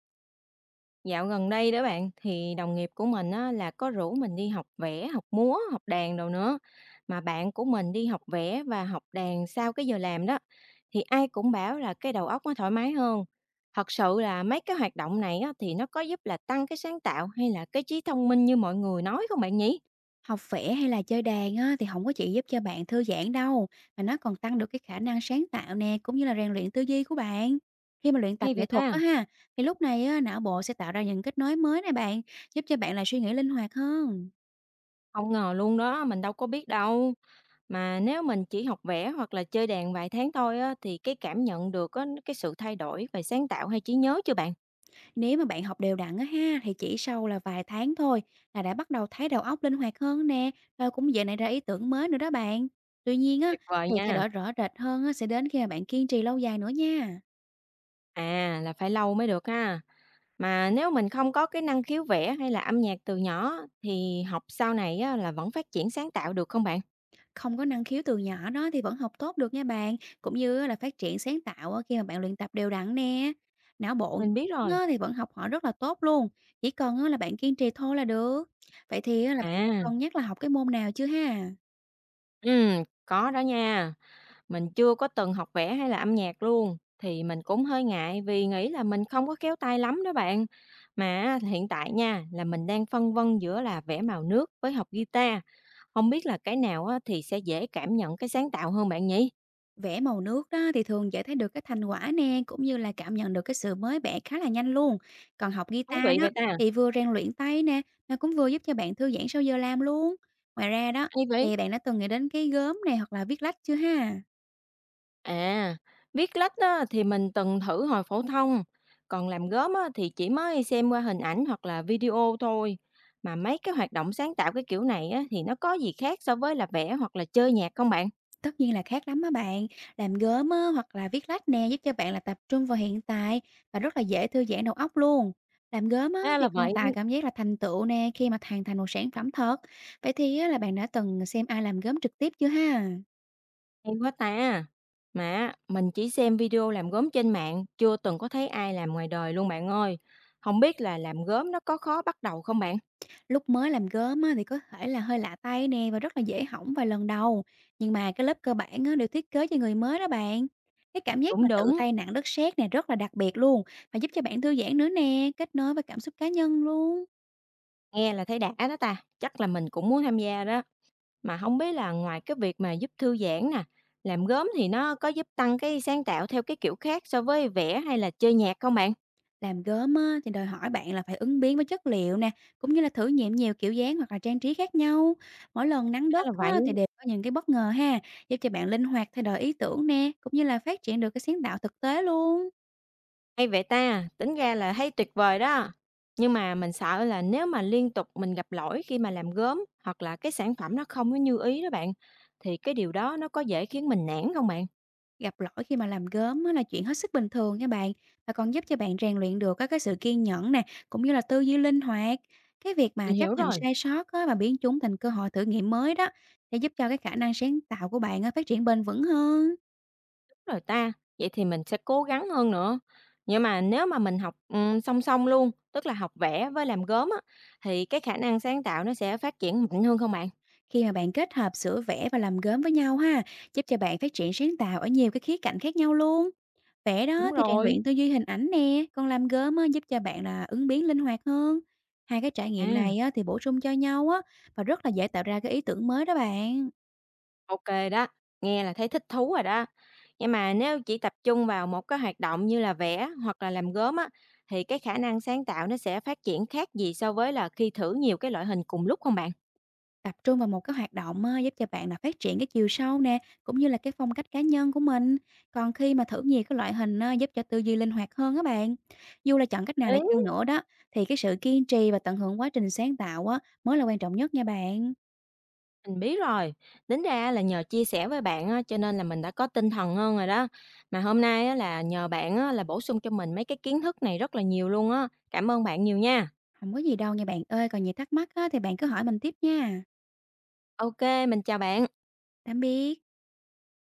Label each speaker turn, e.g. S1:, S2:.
S1: Dạo gần đây đó bạn, thì đồng nghiệp của mình á, là có rủ mình đi học vẽ, học múa, học đàn đồ nữa. Mà bạn của mình đi học vẽ và học đàn sau cái giờ làm đó, thì ai cũng bảo là cái đầu óc nó thoải mái hơn. Thật sự là mấy cái hoạt động này á, thì nó có giúp là tăng cái sáng tạo hay là cái trí thông minh như mọi người nói không bạn nhỉ?
S2: Học vẽ hay là chơi đàn á, thì không có chỉ giúp cho bạn thư giãn đâu, mà nó còn tăng được cái khả năng sáng tạo nè, cũng như là rèn luyện tư duy của bạn. Khi mà luyện tập
S1: Hay
S2: nghệ
S1: vậy
S2: thuật
S1: ta?
S2: á ha, thì lúc này á, não bộ sẽ tạo ra những kết nối mới này bạn, giúp cho bạn là suy nghĩ linh hoạt hơn.
S1: Không ngờ luôn đó, mình đâu có biết đâu. Mà nếu mình chỉ học vẽ hoặc là chơi đàn vài tháng thôi á, thì cái cảm nhận được á, cái sự thay đổi về sáng tạo hay trí nhớ chưa bạn?
S2: Nếu mà bạn học đều đặn á ha, thì chỉ sau là vài tháng thôi là đã bắt đầu thấy đầu óc linh hoạt hơn nè, và cũng dễ nảy ra ý tưởng mới nữa đó bạn. Tuy nhiên á,
S1: Tuyệt vời
S2: thì thay
S1: nha.
S2: đổi rõ rệt hơn á, sẽ đến khi mà bạn kiên trì lâu dài nữa nha.
S1: À, là phải lâu mới được ha. Mà nếu mình không có cái năng khiếu vẽ hay là âm nhạc từ nhỏ thì học sau này á, là vẫn phát triển sáng tạo được không bạn?
S2: Không có năng khiếu từ nhỏ đó thì vẫn học tốt được nha bạn, cũng như á là phát triển sáng tạo á khi mà bạn luyện tập đều đặn nè. Não bộ
S1: Mình biết
S2: lớn
S1: rồi.
S2: á thì vẫn học hỏi rất là tốt luôn, chỉ cần á là bạn kiên trì thôi là được. Vậy thì á là bạn đang
S1: À,
S2: cân nhắc là học cái môn nào chưa ha?
S1: có đó nha. Mình chưa có từng học vẽ hay là âm nhạc luôn. Thì mình cũng hơi ngại vì nghĩ là mình không có khéo tay lắm đó bạn. Mà hiện tại nha, là mình đang phân vân giữa là vẽ màu nước với học guitar. Không biết là cái nào á, thì sẽ dễ cảm nhận cái sáng tạo hơn bạn nhỉ?
S2: Vẽ màu nước đó thì thường dễ thấy được cái thành quả nè, cũng như là cảm nhận được cái sự mới mẻ khá là nhanh luôn. Còn học
S1: Thú
S2: guitar
S1: vị
S2: đó
S1: vậy ta.
S2: thì vừa rèn luyện tay nè, nó cũng vừa giúp cho bạn thư giãn sau giờ làm luôn. Ngoài ra đó
S1: Hay vậy.
S2: thì bạn đã từng nghĩ đến cái gốm này hoặc là viết lách chưa ha?
S1: À, viết lách á, thì mình từng thử hồi phổ thông, còn làm gốm á, thì chỉ mới xem qua hình ảnh hoặc là video thôi. Mà mấy cái hoạt động sáng tạo cái kiểu này á, thì nó có gì khác so với là vẽ hoặc là chơi nhạc không bạn?
S2: Tất nhiên là khác lắm á bạn. Làm gốm á, hoặc là viết lách nè, giúp cho bạn là tập trung vào hiện tại và rất là dễ thư giãn đầu óc luôn. Làm gốm á,
S1: À
S2: thì
S1: là
S2: còn
S1: vậy,
S2: tạo cảm giác là thành tựu nè khi mà hoàn thành một sản phẩm thật. Vậy thì á, là bạn đã từng xem ai làm gốm trực tiếp chưa ha?
S1: hay quá ta. Mà mình chỉ xem video làm gốm trên mạng, chưa từng có thấy ai làm ngoài đời luôn bạn ơi. Không biết là làm gốm nó có khó bắt đầu không bạn?
S2: Lúc mới làm gốm á, thì có thể là hơi lạ tay nè và rất là dễ hỏng vài lần đầu. Nhưng mà cái lớp cơ bản á, đều thiết kế cho người mới đó bạn. Cái cảm giác mà
S1: Đúng
S2: tự
S1: đúng,
S2: tay nặng đất sét này rất là đặc biệt luôn, và giúp cho bạn thư giãn nữa nè, kết nối với cảm xúc cá nhân luôn.
S1: nghe là thấy đã đó ta, chắc là mình cũng muốn tham gia đó. Mà không biết là ngoài cái việc mà giúp thư giãn nè, làm gốm thì nó có giúp tăng cái sáng tạo theo cái kiểu khác so với vẽ hay là chơi nhạc không bạn?
S2: Làm gốm á, thì đòi hỏi bạn là phải ứng biến với chất liệu nè, cũng như là thử nghiệm nhiều kiểu dáng hoặc là trang trí khác nhau. Mỗi lần nắng
S1: Ra
S2: đất
S1: là vậy,
S2: á, thì đều có những cái bất ngờ ha, giúp cho bạn linh hoạt thay đổi ý tưởng nè, cũng như là phát triển được cái sáng tạo thực tế luôn.
S1: hay vậy ta, tính ra là thấy tuyệt vời đó. Nhưng mà mình sợ là nếu mà liên tục mình gặp lỗi khi mà làm gốm hoặc là cái sản phẩm nó không có như ý đó bạn, thì cái điều đó nó có dễ khiến mình nản không bạn?
S2: Gặp lỗi khi mà làm gốm á, là chuyện hết sức bình thường nha bạn, và còn giúp cho bạn rèn luyện được các cái sự kiên nhẫn nè, cũng như là tư duy linh hoạt. Cái việc mà
S1: Mình
S2: chấp
S1: hiểu
S2: nhận
S1: rồi.
S2: sai sót á, và biến chúng thành cơ hội thử nghiệm mới đó, sẽ giúp cho cái khả năng sáng tạo của bạn á, phát triển bền vững hơn.
S1: Rồi ta, vậy thì mình sẽ cố gắng hơn nữa. Nhưng mà nếu mà mình học, song song luôn, tức là học vẽ với làm gốm á, thì cái khả năng sáng tạo nó sẽ phát triển mạnh hơn không bạn?
S2: Khi mà bạn kết hợp sửa vẽ và làm gốm với nhau ha, giúp cho bạn phát triển sáng tạo ở nhiều cái khía cạnh khác nhau luôn. Vẽ đó
S1: Đúng
S2: thì rèn
S1: rồi.
S2: luyện tư duy hình ảnh nè, còn làm gốm á, giúp cho bạn là ứng biến linh hoạt hơn. Hai cái trải nghiệm
S1: À,
S2: này á, thì bổ sung cho nhau á, và rất là dễ tạo ra cái ý tưởng mới đó bạn.
S1: ô đó, nghe là thấy thích thú rồi đó. Nhưng mà nếu chỉ tập trung vào một cái hoạt động như là vẽ hoặc là làm gốm á, thì cái khả năng sáng tạo nó sẽ phát triển khác gì so với là khi thử nhiều cái loại hình cùng lúc không bạn?
S2: Tập trung vào một cái hoạt động á, giúp cho bạn là phát triển cái chiều sâu nè, cũng như là cái phong cách cá nhân của mình. Còn khi mà thử nhiều cái loại hình á, giúp cho tư duy linh hoạt hơn á bạn. Dù là chọn cách nào để chăng nữa đó, thì cái sự kiên trì và tận hưởng quá trình sáng tạo á, mới là quan trọng nhất nha bạn.
S1: Mình biết rồi, tính ra là nhờ chia sẻ với bạn á, cho nên là mình đã có tinh thần hơn rồi đó. Mà hôm nay á, là nhờ bạn á, là bổ sung cho mình mấy cái kiến thức này rất là nhiều luôn á. Cảm ơn bạn nhiều nha.
S2: Không có gì đâu nha bạn ơi, còn nhiều thắc mắc á, thì bạn cứ hỏi mình tiếp nha.
S1: OK, mình chào bạn.
S2: Tạm biệt.